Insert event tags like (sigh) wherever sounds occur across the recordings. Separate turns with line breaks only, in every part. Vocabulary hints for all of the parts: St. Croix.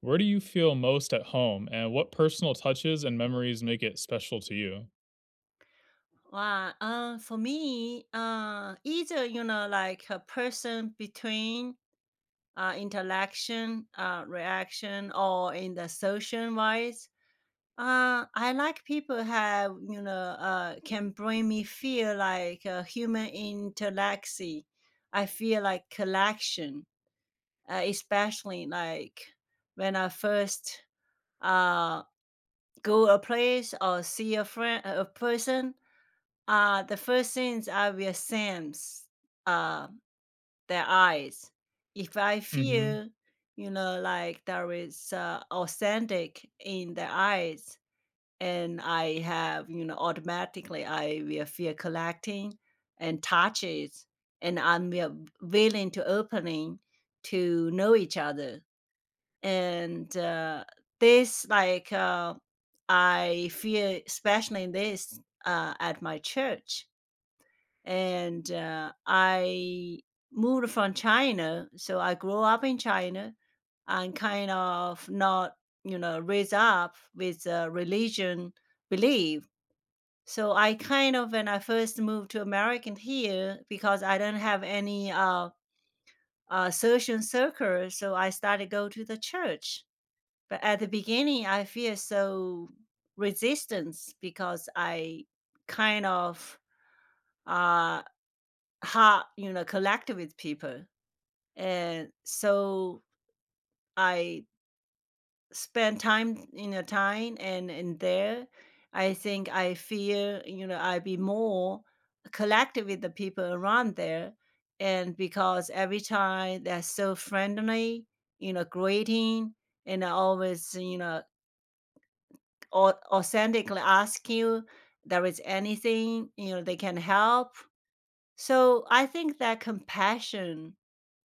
Where do you feel most at home, and what personal touches and memories make it special to you?
Wow. For me, either you know, like a person between interaction, reaction, or in the social wise. I like people have you know can bring me feel like a human interaction. I feel like collection, especially like when I first uh go a place or see a friend a person, the first things I will sense, uh, their eyes. If I
Mhm.
feel, you know, like there is authentic in their eyes, and I have, you know, automatically I will feel collecting and touches, and I'm willing to opening to know each other. And uh, this, like, uh, I feel, especially in this, at my church, and I moved from China, so I grew up in China. I'm kind of not, you know, raised up with religion belief. So I kind of, when I first moved to American here, because I don't have any social circle, so I started go to the church. But at the beginning, I feel so resistance because I kind of, uh, how you know connect with people, and so I spend time in a time and in there. I think I feel you know I be more connected with the people around there, and because every time they're so friendly, you know, greeting, and I always, you know, authentically ask you there is anything, you know, they can help. So I think that compassion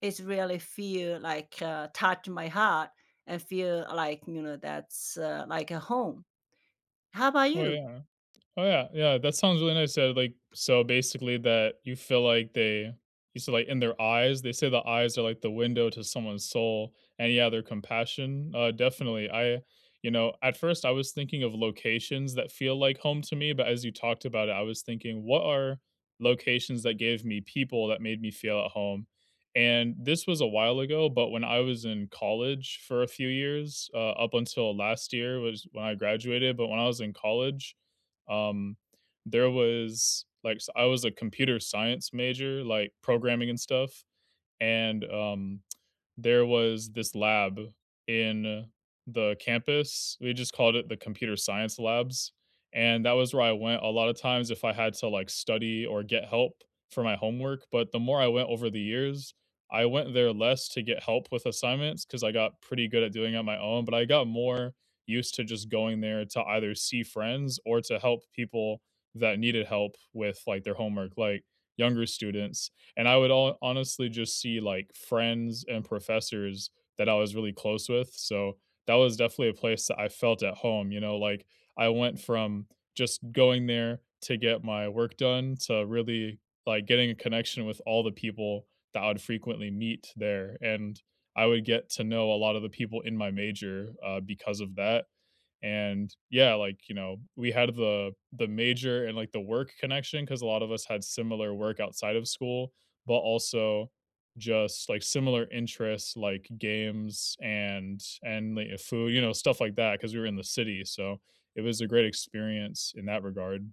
is really feel like touch my heart and feel like you know that's like a home. How about
Oh,
you?
yeah. Oh yeah, yeah, that sounds really nice. Yeah, like so basically that you feel like they, you said like in their eyes, they say the eyes are like the window to someone's soul and yeah, their compassion. Definitely. I, you know, at first I was thinking of locations that feel like home to me, but as you talked about it, I was thinking what are locations that gave me people that made me feel at home. And this was a while ago, but when I was in college for a few years, up until last year was when I graduated, but when I was in college, um, there was like, so I was a computer science major, like programming and stuff, and there was this lab in the campus. We just called it the computer science labs, and that was where I went a lot of times if I had to, like, study or get help for my homework, but the more I went over the years, I went there less to get help with assignments because I got pretty good at doing it on my own, but I got more used to just going there to either see friends or to help people that needed help with, like, their homework, like, younger students. And I would all honestly just see like friends and professors that I was really close with. So that was definitely a place that I felt at home. You know, like I went from just going there to get my work done to really like getting a connection with all the people that I would frequently meet there. And I would get to know a lot of the people in my major because of that. And yeah, like, you know, we had the major and like the work connection because a lot of us had similar work outside of school, but also just like similar interests like games and like food, you know, stuff like that because we were in the city. So it was a great experience in that regard.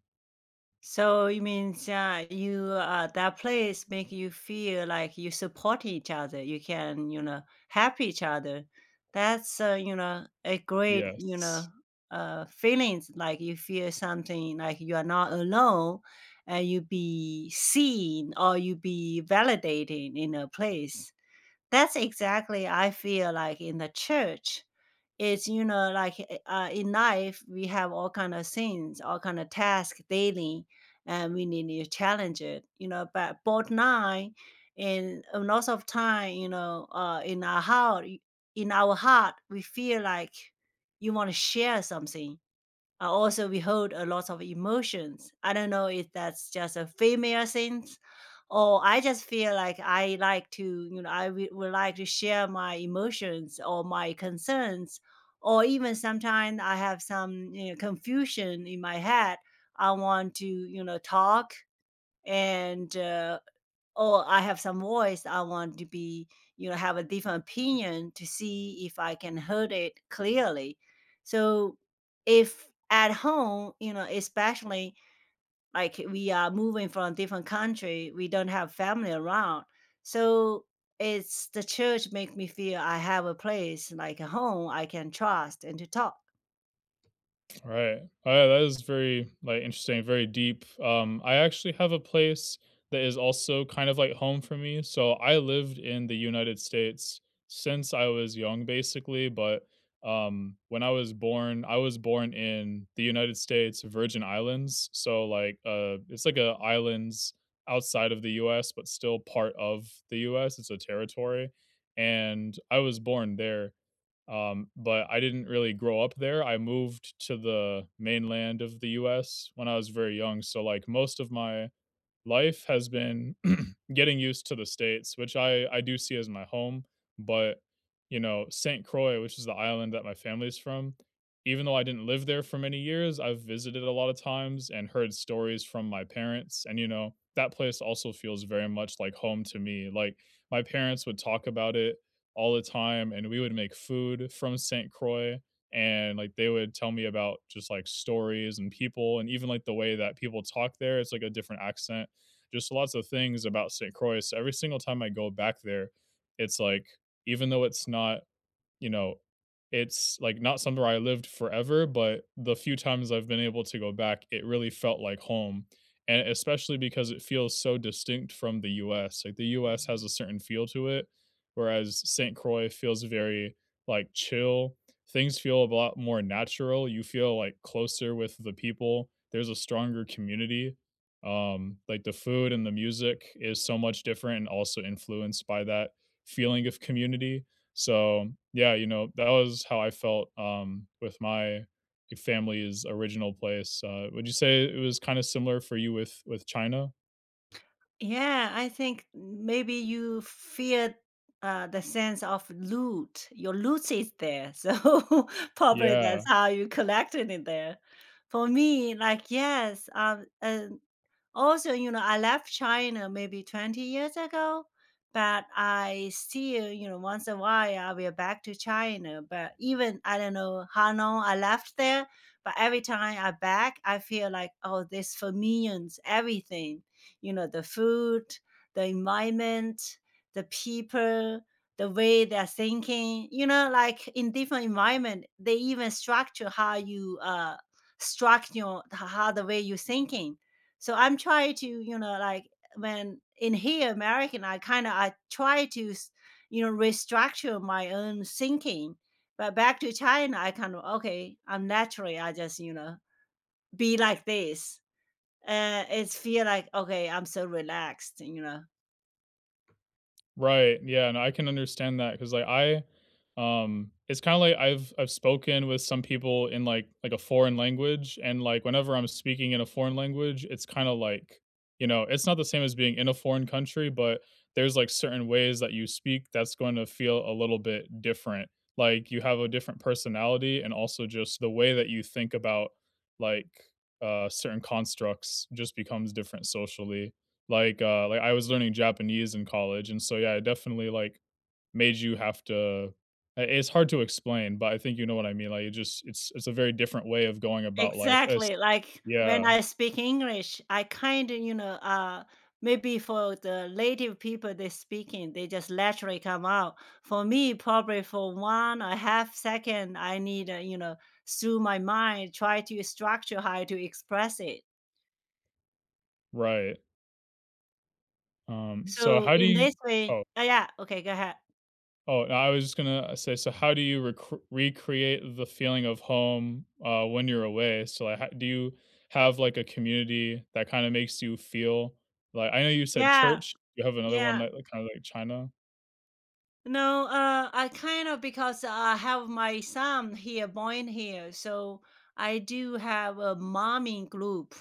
So you means, you that place make you feel like you support each other. You can you know help each other. That's, you know, a great you know
Yes.
feelings like you feel something like you are not alone, and you be seen or you be validated in a place. That's exactly I feel like in the church. It's you know like in life we have all kind of things, all kind of tasks daily, and we need to challenge it, you know, but both nine and a lots of time, you know, uh, in our heart we feel like you want to share something. Also we hold a lot of emotions. I don't know if that's just a female thing, or I just feel like I like to, you know, I would like to share my emotions or my concerns, or even sometimes I have some you know, confusion in my head. I want to, you know, talk, and "Oh, I have some voice. I want to be you know, have a different opinion to see if I can heard it clearly." So, if at home, you know, especially, like, we are moving from a different country, we don't have family around. So, it's the church make me feel I have a place, like a home I can trust and to talk.
Right. That is very, like, interesting, very deep. I actually have a place that is also kind of like home for me. So I lived in the United States since I was young, basically. But when I was born in the United States Virgin Islands. So like, it's like a islands outside of the U.S., but still part of the U.S. It's a territory, and I was born there. But I didn't really grow up there. I moved to the mainland of the U.S. when I was very young, so, like, most of my life has been getting used to the States, which I do see as my home, but, you know, St. Croix, which is the island that my family's from, even though I didn't live there for many years, I've visited a lot of times and heard stories from my parents, and, you know, that place also feels very much like home to me, like, my parents would talk about it all the time, and we would make food from St. Croix, and, like, they would tell me about just, like, stories and people and even, like, the way that people talk there, it's like a different accent, just lots of things about St. Croix. Every single time I go back there, it's like even though it's not, you know, it's like not somewhere I lived forever, but the few times I've been able to go back, it really felt like home. And especially because it feels so distinct from the US. Like the U.S. has a certain feel to it, whereas St. Croix feels very like chill. Things feel a lot more natural. You feel like closer with the people. There's a stronger community. Like the food and the music is so much different and also influenced by that feeling of community so, yeah, you know, that was how I felt, with my family's original place, would you say it was kinda similar for you with China?
Yeah, I think maybe you fear the sense of loot. Your loot is there, so (laughs) probably that's
Yeah.
how you collected it there. For me, like yes, also, you know, I left China maybe 20 years ago, but I still, you know, once a while I will back to China. But even I don't know how long I left there, but every time I back, I feel like, oh, this familiars everything, you know, the food, the environment, the people, the way they're thinking, you know, like in different environment, they even structure how you structure how the way you're thinking. So I'm trying to, you know, like when in here American, I kind of I try to, you know, restructure my own thinking. But back to China, I kind of okay, I'm naturally I just you know be like this. It's feel like okay, I'm so relaxed, you know.
Right, yeah, and I can understand that because, like, I, it's kinda like I've spoken with some people in, like, a foreign language, and, like, whenever I'm speaking in a foreign language, it's kinda like, you know, it's not the same as being in a foreign country, but there's, like, certain ways that you speak that's going to feel a little bit different. Like, you have a different personality and also just the way that you think about, like, certain constructs just becomes different socially. Like, like I was learning Japanese in college, and so, yeah, it definitely, like, made you have to I it's hard to explain, but I think you know what I mean, like, it just it's a very different way of going about life as
Exactly, like, when
Yeah,
I speak English, I kinda, you know, maybe for the native people, they speaking, they just naturally come out. For me, probably for 1 or half second, I need, you know, through my mind, try to structure how to express it.
right. So
So,
how do
in
you
this way
Oh,
yeah, okay, go ahead.
oh, I was just gonna say, so how do you recreate the feeling of home, when you're away? So, like, ho do you have, like, a community that kinda makes you feel like I know you said
Yeah,
church, you have another one
yeah.
that, kinda like China?
No, I kind of because I have my son here, born here, so I do have a momming group.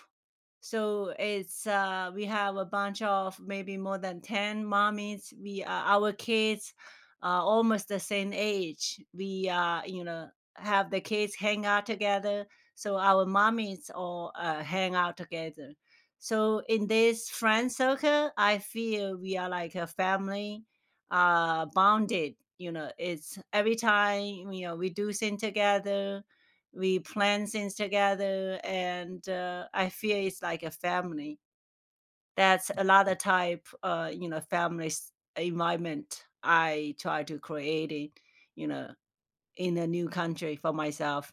So it's, we have a bunch of maybe more than 10 mommies. We, our kids are almost the same age. We, you know, have the kids hang out together. So our mommies all hang out together. So in this friend circle, I feel we are like a family, bonded. You know, it's every time you know we do things together, we plan things together, and I feel it's like a family. That's another type you know family environment I try to create it, you know, in a new country for myself.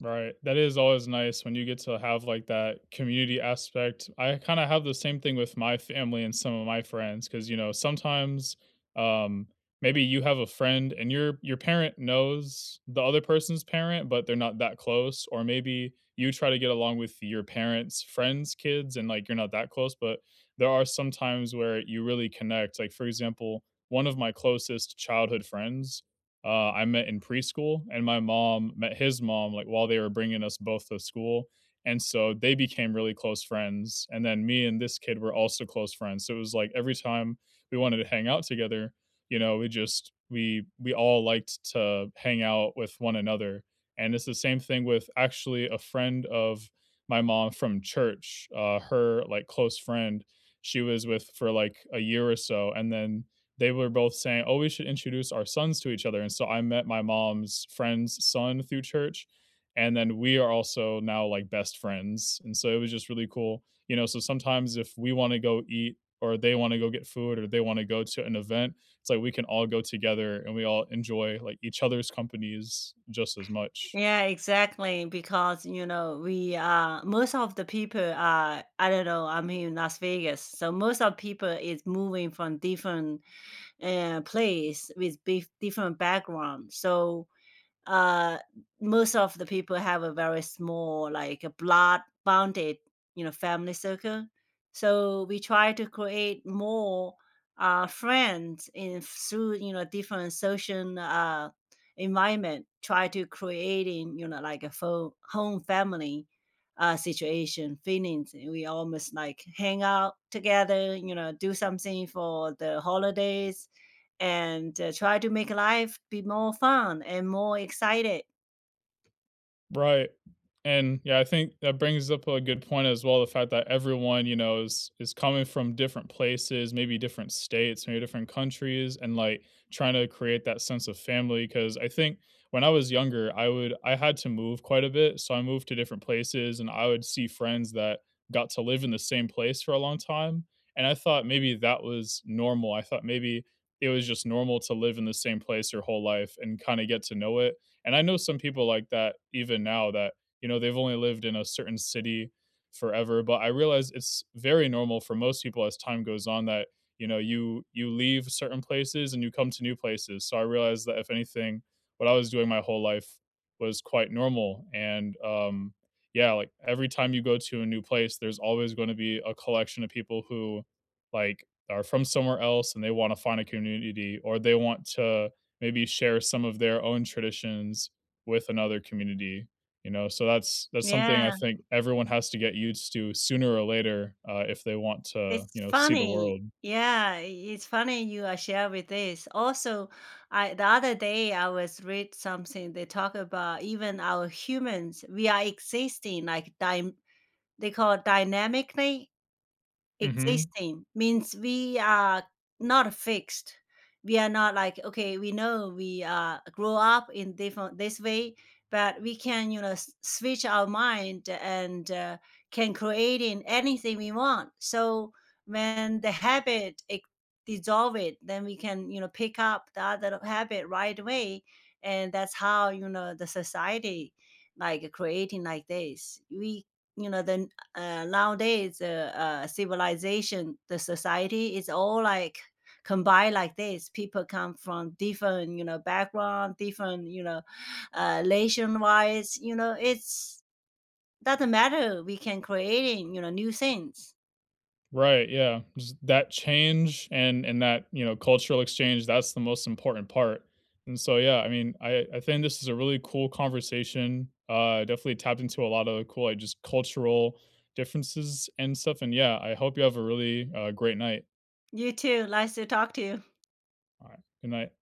Right. That is always nice when you get to have like that community aspect. I kind of have the same thing with my family and some of my friends because you know sometimes um, maybe you have a friend and your parent knows the other person's parent, but they're not that close. Or maybe you try to get along with your parents' friends' kids and like you're not that close, but there are some times where you really connect. Like for example, one of my closest childhood friends I met in preschool, and my mom met his mom, like, while they were bringing us both to school, and so they became really close friends, and then me and this kid were also close friends, so it was like every time we wanted to hang out together, you know, we just we all liked to hang out with one another, and it's the same thing with actually a friend of my mom from church, her, like, close friend, she was with for, like, a year or so, and then they were both saying, "Oh, we should introduce our sons to each other." And so I met my mom's friend's son through church, and then we are also now like best friends. And so it was just really cool, you know. So sometimes if we want to go eat, or they want to go get food, or they want to go to an event, it's like we can all go together and we all enjoy like each other's companies just as much.
Yeah, exactly, because you know we are, most of the people are, I don't know, I'm here in Las Vegas, so most of people is moving from different place with different background, so uh, most of the people have a very small, like a blood bonded, you know, family circle. So we try to create more friends in through you know different social environment. Try to creating you know like a home family situation feelings. And we almost like hang out together. You know, do something for the holidays and, try to make life be more fun and more excited.
Right. And yeah, I think that brings up a good point as well, the fact that everyone, you know, is coming from different places, maybe different states, maybe different countries, and like trying to create that sense of family. Cause I think when I was younger, I had to move quite a bit. So I moved to different places and I would see friends that got to live in the same place for a long time. And I thought maybe that was normal. I thought maybe it was just normal to live in the same place your whole life and kind of get to know it and I know some people like that even now that, you know, they've only lived in a certain city forever, but I realize it's very normal for most people as time goes on that, you know, you leave certain places and you come to new places. So I realized that if anything, what I was doing my whole life was quite normal and yeah, like every time you go to a new place, there's always going to be a collection of people who like are from somewhere else and they want to find a community or they want to maybe share some of their own traditions with another community, you know? So that's something I
Yeah,
think everyone has to get used to sooner or later, if they want to,
it's
you know, see the
funny.
world.
Yeah, I it's funny you are share with this. Also, I the other day I was read something, they talk about even our humans, we are existing like dyn they call dynamically.
Mhm.
Existing means we are not fixed. We are not like, okay, we know we, grow up in different this way, but we can, you know, s switch our mind and, can create in anything we want. So when the habit it dissolve it, then we can, you know, pick up the other habit right away, and that's how, you know, the society, like, creating like this. We you know, the Nowadays civilization, the society is all like combined like this. People come from different, you know, background, different, you know, nation wise. You know, it's doesn't matter. We can creating, you know, new things.
Right, yeah. Just that change and that, you know, cultural exchange, that's the most important part. And so, yeah, I mean, I think this is a really cool conversation. Definitely tapped into a lot of cool, like, just cultural differences and stuff, and yeah, I hope you have a really, great night.
You too. Nice to talk to you.
Alright, good night.